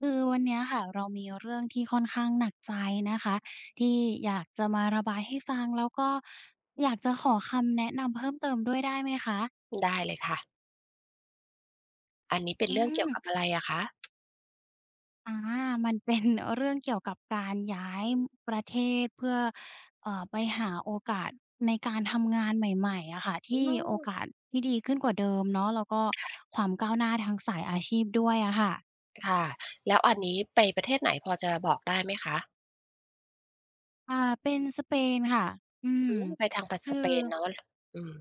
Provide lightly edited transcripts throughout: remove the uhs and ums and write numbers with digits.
คือวันเนี้ยค่ะเรามีเรื่องที่ค่อนข้างหนักใจนะคะที่อยากจะมาระบายให้ฟังแล้วก็อยากจะขอคำแนะนำเพิ่มเติมด้วยได้ไหมคะได้เลยค่ะ อันนี้เป็นอืเรื่องมเกี่ยวกับอะไรอะคะอามันเป็นเรื่องเกี่ยวกับการย้ายประเทศเพื่อไปหาโอกาสในการทำงานใหม่ๆอะค่ะอืที่โอกามสที่ดีขึ้นกว่าเดิมเนาะแล้วก็ความก้าวหน้าทางสายอาชีพด้วยอะค่ะค่ะแล้วอันนี้ไปประเทศไหนพอจะบอกได้ไหมคะอ่าเป็นสเปนค่ะอืมอืมไปทางปสคืเปอ นเนาะอืม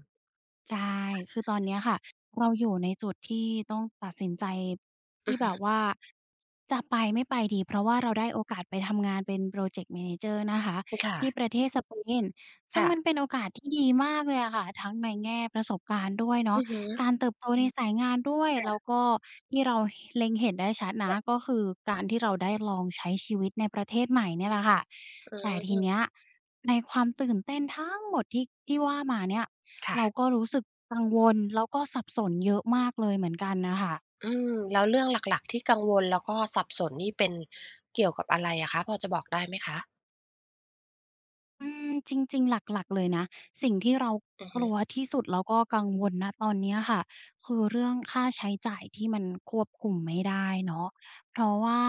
ใช่ คือตอนเนี้ยค่ะเราอยู่ในจุดที่ต้องตัดสินใจอืที่อแบบฮึว่าจะไปไม่ไปดีเพราะว่าเราได้โอกาสไปทำงานเป็นพรอเจกต์ Manager นะคะที่ปค่ะระเทศสเปนซึ่งค่ะมันเป็นโอกาสที่ดีมากเลยอะค่ะทั้งในแง่ประสบการณ์ด้วยเนาะอือฮึการเติบโตในสายงานด้วยแล้วค่ะก็ที่เราหเล็งเห็นได้ชัดนะค่ะก็คือการที่เราได้ลองใช้ชีวิตในประเทศใหม่เนี่ยแหละค่ะอืแต่ทีมเนี้ยในความตื่นเต้นทั้งหมดที่ว่ามาเนี่ย ค่ะเราก็รู้สึกกังวลแล้วก็สับสนเยอะมากเลยเหมือนกันน่ะค่ะ อืมแล้วเรื่องหลักๆที่กังวลแล้วก็สับสนนี่เป็นเกี่ยวกับอะไรอะคะพอจะบอกได้ไหมคะอืมจริงๆหลักๆเลยนะสิ่งที่เราอือกฮึลัวที่สุดแล้วก็กังวลณตอนเนี้ยค่ะคือเรื่องค่าใช้จ่ายที่มันควบคุมไม่ได้เนาะเพราะว่า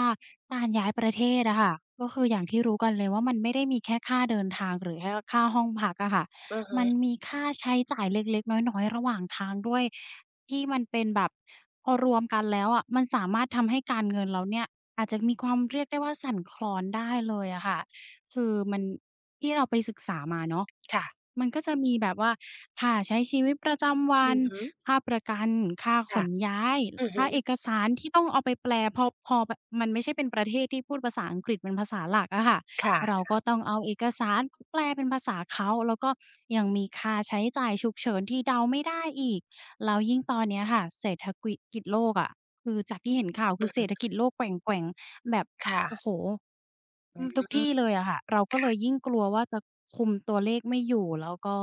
การย้ายประเทศอะค่ะก็คืออย่างที่รู้กันเลยว่ามันไม่ได้มีแค่ค่าเดินทางหรือแค่ค่าห้องพักอะค่ะอือฮึมันมีค่าใช้จ่ายเล็กๆน้อยๆระหว่างทางด้วยที่มันเป็นแบบพอรวมกันแล้วอะมันสามารถทำให้การเงินเราเนี่ยอาจจะมีความเรียกได้ว่าสั่นคลอนได้เลยอะค่ะ คือมันที่เราไปศึกษามาเนาะค่ะมันก็จะมีแบบว่าค่าใช้ชีวิตประจำวัอืนอฮึค่าประกันค่าขค่ะนย้ายอือฮึค่าเอกสารที่ต้องเอาไปแปลพอมันไม่ใช่เป็นประเทศที่พูดภาษาอังกฤษเป็นภาษาหลักอะค่ะเราค่ะก็ต้องเอาเอกสารแปลเป็นภาษาเขาแล้วก็ยังมีค่าใช้จ่ายฉุกเฉินที่เดาไม่ได้อีกแล้วยิ่งตอนเนี้ยค่ะเศรษฐกิจกิจโลกอะคือจากที่เห็นข่าวคือืออเศรษฐฮึกิจโลกแกว่งๆ แบบค่ะโอ้โฮอือืมทุกมที่เลยอะค่ะเราก็เลยค่ะ ยิ่งกลัวว่าจะคุมตัวเลขไม่อยู่แล้วก็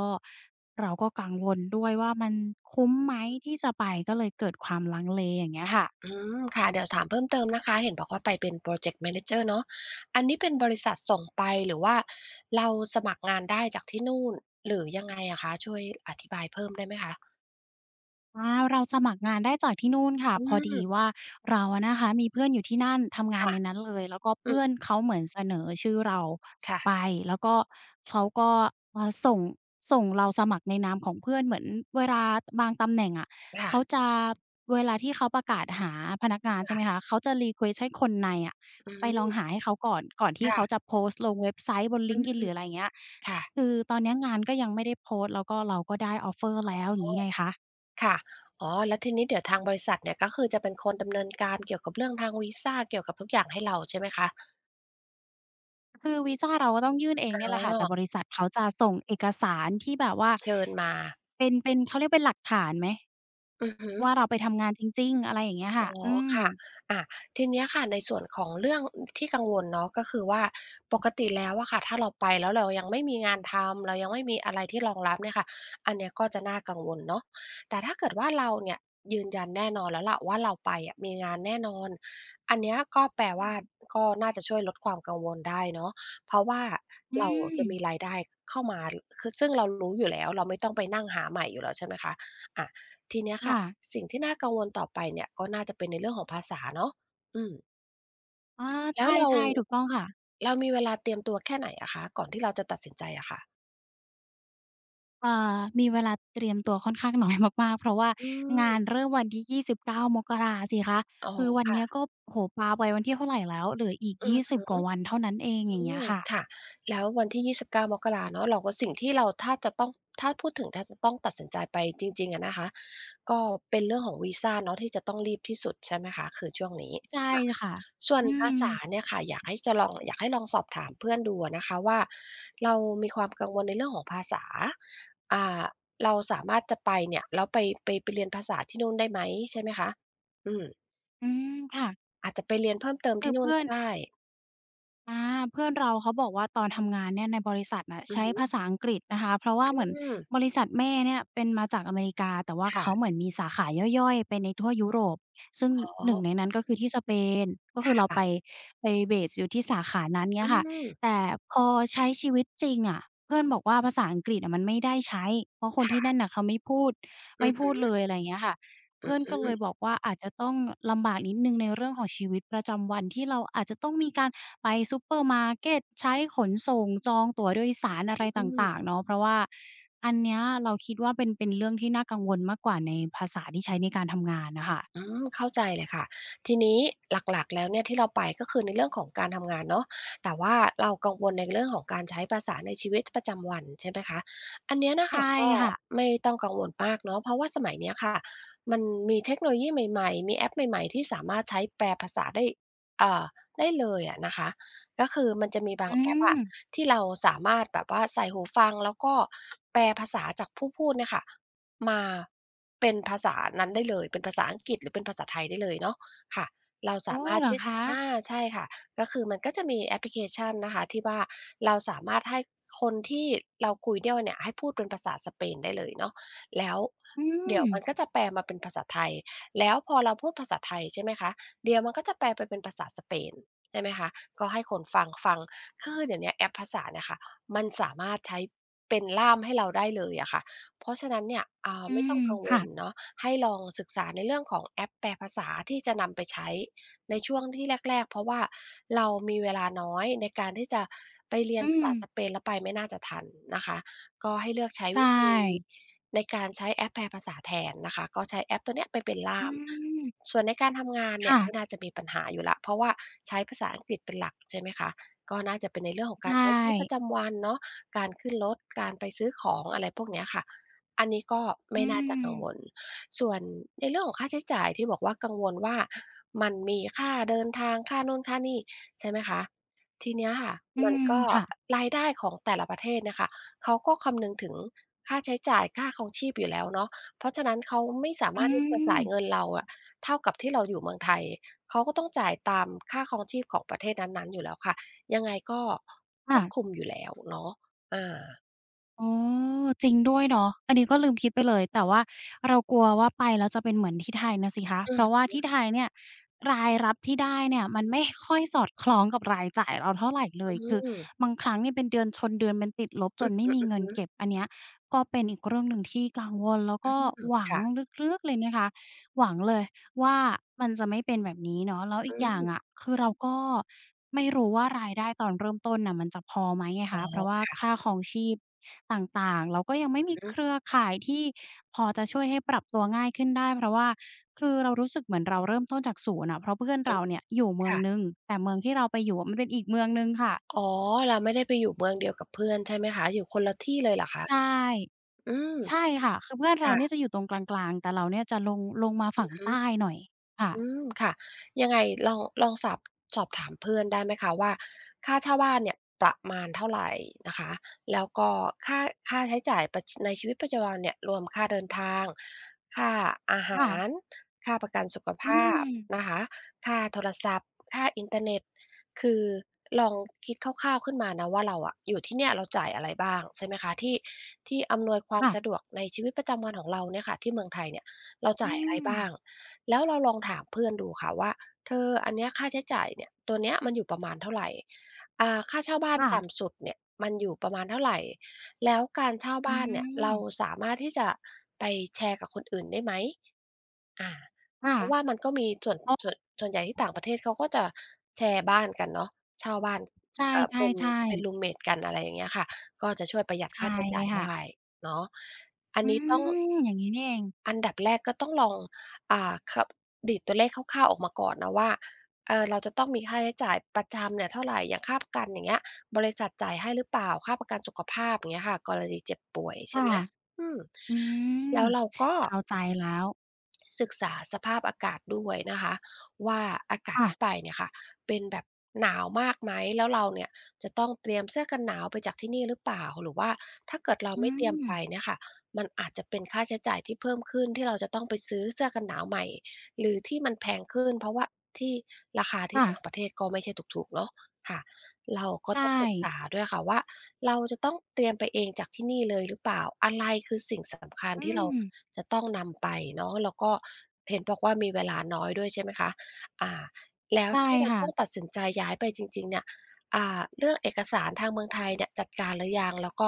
เราก็กังวลด้วยว่ามันคุ้มไหมที่จะไปก็เลยเกิดความลังเลอย่างเงี้ยค่ะ อืมค่ะเดี๋ยวถามเพิ่มเติมนะคะเห็นบอกว่าไปเป็น p ร o เจกต์ Manager เนาะอันนี้เป็นบริษัทส่งไปหรือว่าเราสมัครงานได้จากที่นู่นหรือยังไงอะคะช่วยอธิบายเพิ่มได้ไหมคะอาเราสมัครงานได้จากที่นู่นค่ะอืพอดีมว่าเราอะนะคะมีเพื่อนอยู่ที่นั่นทำงานค่ะในนั้นเลยแล้วก็อืมเพื่อนเขาเหมือนเสนอชื่อเราค่ะไปแล้วก็เขาก็เอ่อส่งส่งเราสมัครในนามของเพื่อนเหมือนเวลาบางตำแหน่งอะเขาค่ะจะเวลาที่เขาประกาศหาพนักงานใช่ไหค่ะมคะเขาจะ request ให้คนในอะอืไปลองมหาให้เขาก่อนที่เขาจะค่ะโพสต์ลงเว็บไซต์บนลิงอืก์อินหรืมออะไรเงี้ยค่ะคือตอนเนี้ยงานก็ยังไม่ได้โพสต์แล้วก็เราก็ได้ออฟเฟอร์อ๋แล้วอย่างอนี้ไงคะ ค่ะอ๋อแล้วทีนี้เดี๋ยวทางบริษัทเนี่ยก็คือจะเป็นคนดำเนินการเกี่ยวกับเรื่องทางวีซาเกี่ยวกับทุกอย่างให้เราใช่ไหมคะคือวีซาเราก็ต้องยื่นเองเนี่ยอ๋แหอละค่ะแต่บริษัทเขาจะส่งเอกสารที่แบบว่าเชิญมาเป็นเขาเรียกเป็นหลักฐานไหมอือฮึ ว่าเราไปทำงานจริงๆอะไรอย่างเงี้ยอ๋ค่ะออืมค่ะอาทีเนี้ยค่ะในส่วนของเรื่องที่กังวลเนาะก็คือว่าปกติแล้วอะค่ะถ้าเราไปแล้วเรายังไม่มีงานทำเรายังไม่มีอะไรที่รองรับเนี่ยค่ะอันเนี้ยก็จะน่ากังวลเนาะแต่ถ้าเกิดว่าเราเนี่ยยืนยันแน่นอนแล้วล่ะว่าเราไปอะมีงานแน่นอนอันเนี้ยก็แปลว่าค่ะก็น่าจะช่วยลดความกังวลได้เนาะเพราะว่าอืเรามจะมีรายได้เข้ามาคือซึ่งเรารู้อยู่แล้วเราไม่ต้องไปนั่งหาใหม่อยู่แล้วใช่ไหมคะอา ทีเนี้ยค่ะค่ะสิ่งที่น่ากังวลต่อไปเนี่ยก็น่าจะเป็นในเรื่องของภาษาเนาะอืมอาใชแล้วเรา่ๆถูกต้องค่ะเรามีเวลาเตรียมตัวแค่ไหนอะคะก่อนที่เราจะตัดสินใจอะค่ะมีเวลาเตรียมตัวค่อนข้างน้อยมากๆเพราะว่าอืมงานเริ่มวันที่29มกราสิคะอ๋อคือวันค่ะเนี้ยก็โอ้โฮปาไปวันที่เท่าไรแล้วเหลืออีกอืม 20กว่าวันเท่านั้นเองอย่างอืเงี้ยมค่ะค่ะแล้ววันที่29มกราเนาะเราก็สิ่งที่เราถ้าจะต้องถ้าจะต้องตัดสินใจไปจริงๆอะนะคะก็เป็นเรื่องของวีซาเนาะที่จะต้องรีบที่สุดใช่ไหมคะคือช่วงนี้ใช่ค่ะค่ะส่วนอืภามษาเนี่ยค่ะอยากให้ลองสอบถามเพื่อนดูอะนะคะว่าเรามีความกังวลในเรื่องของภาษาอ่าเราสามารถจะไปเนี่ยแล้วไปเรียนภาษาที่นู่นได้ไหมใช่ไหมคะอืมอืมค่ะอาจจะไปเรียนเพิ่มเติมคืที่อนู่นเพื่อก็น ได้อาเพื่อนเราเขาบอกว่าตอนทำงานเนี่ยในบริษัทน่ะอือใช้ฮึภาษาอังกฤษนะคะเพราะว่าอืเหมือนมบริษัทแม่เนี่ยเป็นมาจากอเมริกาแต่ว่าค่ะเขาเหมือนมีสาขาย่อยๆไปในทั่วยุโรปซึ่งอ๋อหนึ่งในนั้นก็คือที่สเปนก็คคือเรา่ะ ไปเบสอยู่ที่สาขานั้นอืเงี้ยค่ะแต่มพอใช้ชีวิตจริงอะเพื่อนบอกว่าภาษาอังกฤษอะมันไม่ได้ใช้เพราะคนที่นั่นค่ะน่ะเขาไม่พูดอืไม่อพูดฮึเลยอะไรอย่างเงี้ยค่ะ อืเพื่อนก็เลยบมอกว่าอาจจะต้องลำบากนิดหนึ่งในเรื่องของชีวิตประจำวันที่เราอาจจะต้องมีการไปซูเปอร์มาร์เกตใช้ขนส่งจองตั๋วโดยสารอะไรตอื่างมๆเนาะเพราะว่าอันเนี้ยเราคิดว่าเป็นเรื่องที่น่ากังวลมากกว่าในภาษาที่ใช้ในการทำงานน่ะค่ะอืม เข้าใจเลยค่ะทีนี้หลักๆแล้วเนี่ยที่เราไปก็คือในเรื่องของการทำงานเนาะแต่ว่าเรากังวลในเรื่องของการใช้ภาษาในชีวิตประจำวันใช่ไหมคะอันเนี้ยน่ะค่ะใช่ก็ค่ะไม่ต้องกังวลมากเนาะเพราะว่าสมัยเนี้ยค่ะมันมีเทคโนโลยีใหม่ๆมีแอปใหม่ๆที่สามารถใช้แปลภาษาได้อ่าได้เลยอะนะคะก็คือมันจะมีบาอืงแอปมอะที่เราสามารถแบบว่าใส่หูฟังแล้วก็แปลภาษาจากผู้พูดเนี่ยค่ะ มาเป็นภาษานั้นได้เลยเป็นภาษาอังกฤษหรือเป็นภาษาไทยได้เลยเนาะค่ะเราอ๋อสามารถเหรอที่อาคะใช่ค่ะก็คือมันก็จะมีแอปพลิเคชันนะคะที่ว่าเราสามารถให้คนที่เราคุยด้วยเนี่ยให้พูดเป็นภาษาสเปนได้เลยเนาะแล้วอืเดี๋มยวมันก็จะแปลมาเป็นภาษาไทยแล้วพอเราพูดภาษาไทยใช่ไหมคะเดี๋ยวมันก็จะแปลไปเป็นภาษาสเปนใช่ไหมคะก็ให้คนฟังฟังคือเดี๋ยวเนี้ยแอปภาษาเนี่ยค่ะมันสามารถใช้เป็นล่ามให้เราได้เลยอะค่ะ เพราะฉะนั้นเนี่ยอืไม่ต้มองกังวค่ะลเนาะให้ลองศึกษาในเรื่องของแอปแปลภาษาที่จะนำไปใช้ในช่วงที่แรกๆ เพราะว่าเรามีเวลาน้อยในการที่จะไปเรียอืนภามษาสเปนแล้วไปไม่น่าจะทันนะคะก็ให้เลือกใช้ใชวิธี่ในการใช้แอปแปลภาษาแทนนะคะก็ใช้แอปตัวเนี้ยไปเป็นอืล่ามมส่วนในการทำงานเนี่ค่ะยไม่น่าจะมีปัญหาอยู่แล้ว เพราะว่าใช้ภาษาอังกฤษเป็นหลักใช่ไหมคะก็น่าจะเป็นในเรื่องของการใช่ใช้ชีวิตประจำวันเนาะการขึ้นรถการไปซื้อของอะไรพวกเนี้ยค่ะ อันนี้ก็อืไม่น่าจะกังวลมส่วนในเรื่องของค่าใช้จ่ายที่บอกว่ากังวลว่ามันมีค่าเดินทางค่านู่นค่านี่ใช่ไหมคะทีเนี้ยค่ะอืมันมก็ค่ะรายได้ของแต่ละประเทศเนี่ยค่ะเขาก็คำนึงถึงค่าใช้จ่ายค่าครองชีพอยู่แล้วเนาะเพราะฉะนั้นเขาไม่สาอืมารถที่จะมจ่ายเงินเราอะเท่ากับที่เราอยู่เมืองไทยเขาก็ต้องจ่ายตามค่าครองชีพของประเทศนั้นๆอยู่แล้วค่ะยังไงก็คค่ะ วบคุมอยู่แล้วเนาะอาอ๋อจริงด้วยเนาะอันนี้ก็ลืมคิดไปเลยแต่ว่าเรากลัวว่าไปแล้วจะเป็นเหมือนที่ไทยนะสิคะอืเพอราะฮึว่าที่ไทยเนี่ยรายรับที่ได้เนี่ยมันไม่ค่อยสอดคล้องกับรายจ่ายเราเท่าไรเลอืยคืออบางครั้งเนี่ยเป็นเดือนชนเดือนเป็นติดลบจนไม่มีเงินฮึเก็บๆ อันเนี้ยก็เป็นอีกเรื่องหนึ่งที่กังวลแล้วอืก็มหวังค่ะลึกๆเลยนะคะหวังเลย ว่ามันจะไม่เป็นแบบนี้เนาะแล้วอีอืกอย่างมอะคือเราก็ไม่รู้ว่ารายได้ตอนเริ่มต้นน่ะมันจะพอไหมไงอ๋คะเพราะว่าอค่าครองชีพต่างๆเราก็ยังไม่มีอือเครืฮอข่ายที่พอจะช่วยให้ปรับตัวง่ายขึ้นได้เพราะว่าคือเรารู้สึกเหมือนเราเริ่มต้นจากศูนย์อะเพราะเพื่อนึเราเนี่ยอยู่เมืองค่ะ หนึ่งแต่เมืองที่เราไปอยู่อะมันเป็นอีกเมืองหนึ่งค่ะอ๋อ เราไม่ได้ไปอยู่เมืองเดียวกับเพื่อนใช่ไหมคะ อยู่คนละที่เลยเหรอคะ ใช่อืม ใช่ค่ะคือเพื่อนเราค่ะเนี่ยจะอยู่ตรงกลางๆแต่เราเนี่ยจะลงมาอืฝั่องฮึ ใต้หน่อยค่ะอืมค่ะยังไงลองสอบสอบถามเพื่อนได้ไหมคะว่าค่าเช่าบ้านเนี่ยประมาณเท่าไรนะคะแล้วก็ค่าค่าใช้จ่ายประชในชีวิตประจำวันเนี่ยรวมค่าเดินทางค่าอาหารค่ะค่าประกันสุขภอืามพนะคะค่าโทรศัพท์ค่าอินเทอร์เน็ตคือลองคิดคร่าวๆขึ้นมานะว่าเราอะอยู่ที่เนี่ยเราจ่ายอะไรบ้างใช่ไหมคะที่อำนวยความค่ะสะดวกในชีวิตประจำวันของเราเนี่ยค่ะที่เมืองไทยเนี่ยเราอืจ่ายอะไรม บ้าง แล้วเราลองถามเพื่อนดูค่ะว่าเธออันเนี้ยค่าใช้จ่ายเนี่ยตัวเนี้ยมันอยู่ประมาณเท่าไหรอ่าค่าเช่าบ้านค่ะ ต่ำสุดเนี่ยมันอยู่ประมาณเท่าไรแล้วการเช่าอืบ้านเนี่ยเรามสามารถที่จะไปแชร์กับคนอื่นได้ไหม อาค่ะเพราะว่ามันก็มีส่วนอ๋อส่วนใหญ่ที่ต่างประเทศเขาก็จะแชร์บ้านกันเนาะเช่าบ้านใชเป็น่ๆเป็นรูมๆเมตกันอะไรอย่างเงี้ยค่ะก็จะช่วยประหยัดใช่ค่าใช้เลจ่ายยค่ะ ได้เนาะอันอืนี้ต้องม อย่างงี้นี่เองอันดับแรกก็ต้องลองอ่าคดีดตัวเลขคร่าวๆออกมาก่อนนะว่าเราจะต้องมีค่าใช้จ่ายประจำเนี่ยเท่าไรอย่างค่าประกันอย่างเงี้ยบริษัทจ่ายให้หรือเปล่าค่าประกันสุขภาพอย่างเงี้ยค่ะกรณีเจ็บป่วยใช่ค่ะ ไหมอืมอืมแล้วเราก็ เข้าใจแล้วศึกษาสภาพอากาศด้วยนะคะว่าอากาศค่ะ ที่ไปเนี่ยค่ะเป็นแบบหนาวมากไหมแล้วเราเนี่ยจะต้องเตรียมเสื้อกันหนาวไปจากที่นี่หรือเปล่าหรือว่าถ้าเกิดเราอืไม่เตรียมมไปเนี่ยค่ะมันอาจจะเป็นค่าใช้จ่ายที่เพิ่มขึ้นที่เราจะต้องไปซื้อเสื้อกันหนาวใหม่หรือที่มันแพงขึ้นเพราะว่าที่ราคาที่ค่ะต่างประเทศก็ไม่ใช่ถูกๆเนาะค่ะ เราก็ใช่ต้องศึกษาด้วยค่ะว่าเราจะต้องเตรียมไปเองจากที่นี่เลยหรือเปล่าอะไรคือสิ่งสำคัญอืที่เรามจะต้องนำไปเนาะแล้วก็เห็นบอกว่ามีเวลาน้อยด้วยใช่ไหมคะอ่าแล้วใช่ถ้าจะค่ะ ต้องตัดสินใจย้ายไปจริงๆเนี่ยอ่าเรื่องเอกสารทางเมืองไทยเนี่ยจัดการหรือยังแล้วก็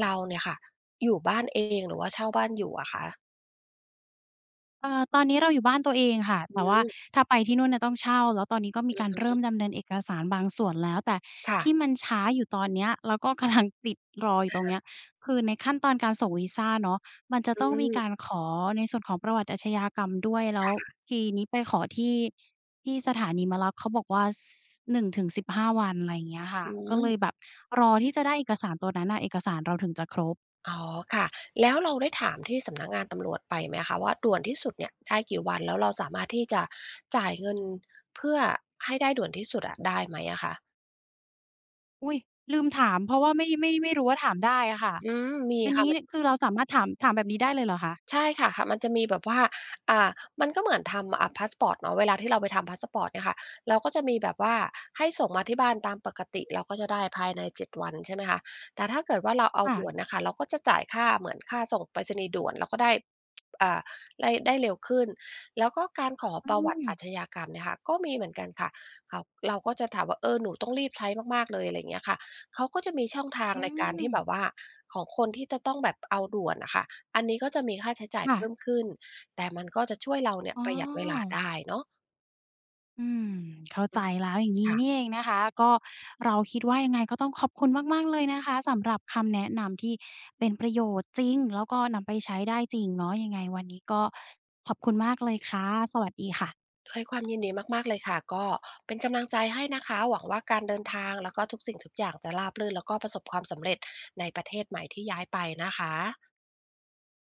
เราเนี่ยค่ะอยู่บ้านเองหรือว่าเช่าบ้านอยู่อะคะเอ่อตอนนี้เราอยู่บ้านตัวเองค่ะอืแต่ว่ามถ้าไปที่นู่นน่ะต้องเช่า แล้วตอนนี้ก็มีอือการฮเริ่ึมดำเนินเอกสารบางส่วนแล้วแต่ค่ะที่มันช้าอยู่ตอนเนี้ยแล้วก็กำลังติดรออยู่ตรงเนี้ยคือในขั้นตอนการส่งวีซาเนาะมันจะอืต้องมีมการขอในส่วนของประวัติอาชญากรรมด้วยแล้วทีนี้ไปขอที่ที่สถานีมารับเขาบอกว่าสห15วันอะไรอย่างเงี้ยค่ะอืก็เลยม แบบรอที่จะได้เอกสารตัวนั้นน่ะเอกสารเราถึงจะครบ อ๋อค่ะแล้วเราได้ถามที่สำนักงานตำรวจไปไหมคะว่าด่วนที่สุดเนี่ยได้กี่วันแล้วเราสามารถที่จะจ่ายเงินเพื่อให้ได้ด่วนที่สุดอะได้ไหมอะคะอุ๊ยลืมถามเพราะว่าไม่รู้ว่าถามได้อะค่ะอืมมีอันค่ะ นี้เนี่ยคือเราสามารถถามแบบนี้ได้เลยเหรอคะใช่ค่ะค่ะมันจะมีแบบว่าอ่ามันก็เหมือนทำอ่าพาสปอร์ตเนาะเวลาที่เราไปทำพาสปอร์ตเนี่ยค่ะเราก็จะมีแบบว่าให้ส่งมาที่บ้านตามปกติเราก็จะได้ภายใน7วันใช่ไหมคะแต่ถ้าเกิดว่าเราเอาค่ะด่วนน่ะค่ะเราก็จะจ่ายค่าเหมือนค่าส่งไปรษณีย์ด่วนเราก็ได้อ่าได้เร็วขึ้นแล้วก็การขออืประวัมติอาชญากรรมเนี่ยค่ะก็มีเหมือนกันค่ะเขาเราก็จะถามว่าเออหนูต้องรีบใช้มากๆเลยอะไรอย่างเงี้ยค่ะเขาก็จะมีช่องทางอืในการมที่แบบว่าของคนที่จะต้องแบบเอาด่วนน่ะค่ะ อันนี้ก็จะมีค่าใช้จ่ายค่ะเพิ่มขึ้น แต่มันก็จะช่วยเราเนี่ยอ๋อประหยัดเวลาได้เนาะอืมเข้าอืใจมแล้วอย่างงี้ค่ะนี่เองนะคะก็เราคิดว่ายังไงก็ต้องขอบคุณมากๆเลยนะคะสำหรับคำแนะนำที่เป็นประโยชน์จริงแล้วก็นำไปใช้ได้จริงเนาะยังไงวันนี้ก็ขอบคุณมากเลยค่ะสวัสดีค่ะด้วยความยินดีมากๆเลยค่ะ ก็เป็นกำลังใจให้นะคะ หวังว่าการเดินทางแล้วก็ทุกสิ่งทุกอย่างจะราบรื่นแล้วก็ประสบความสำเร็จในประเทศใหม่ที่ย้ายไปนะคะ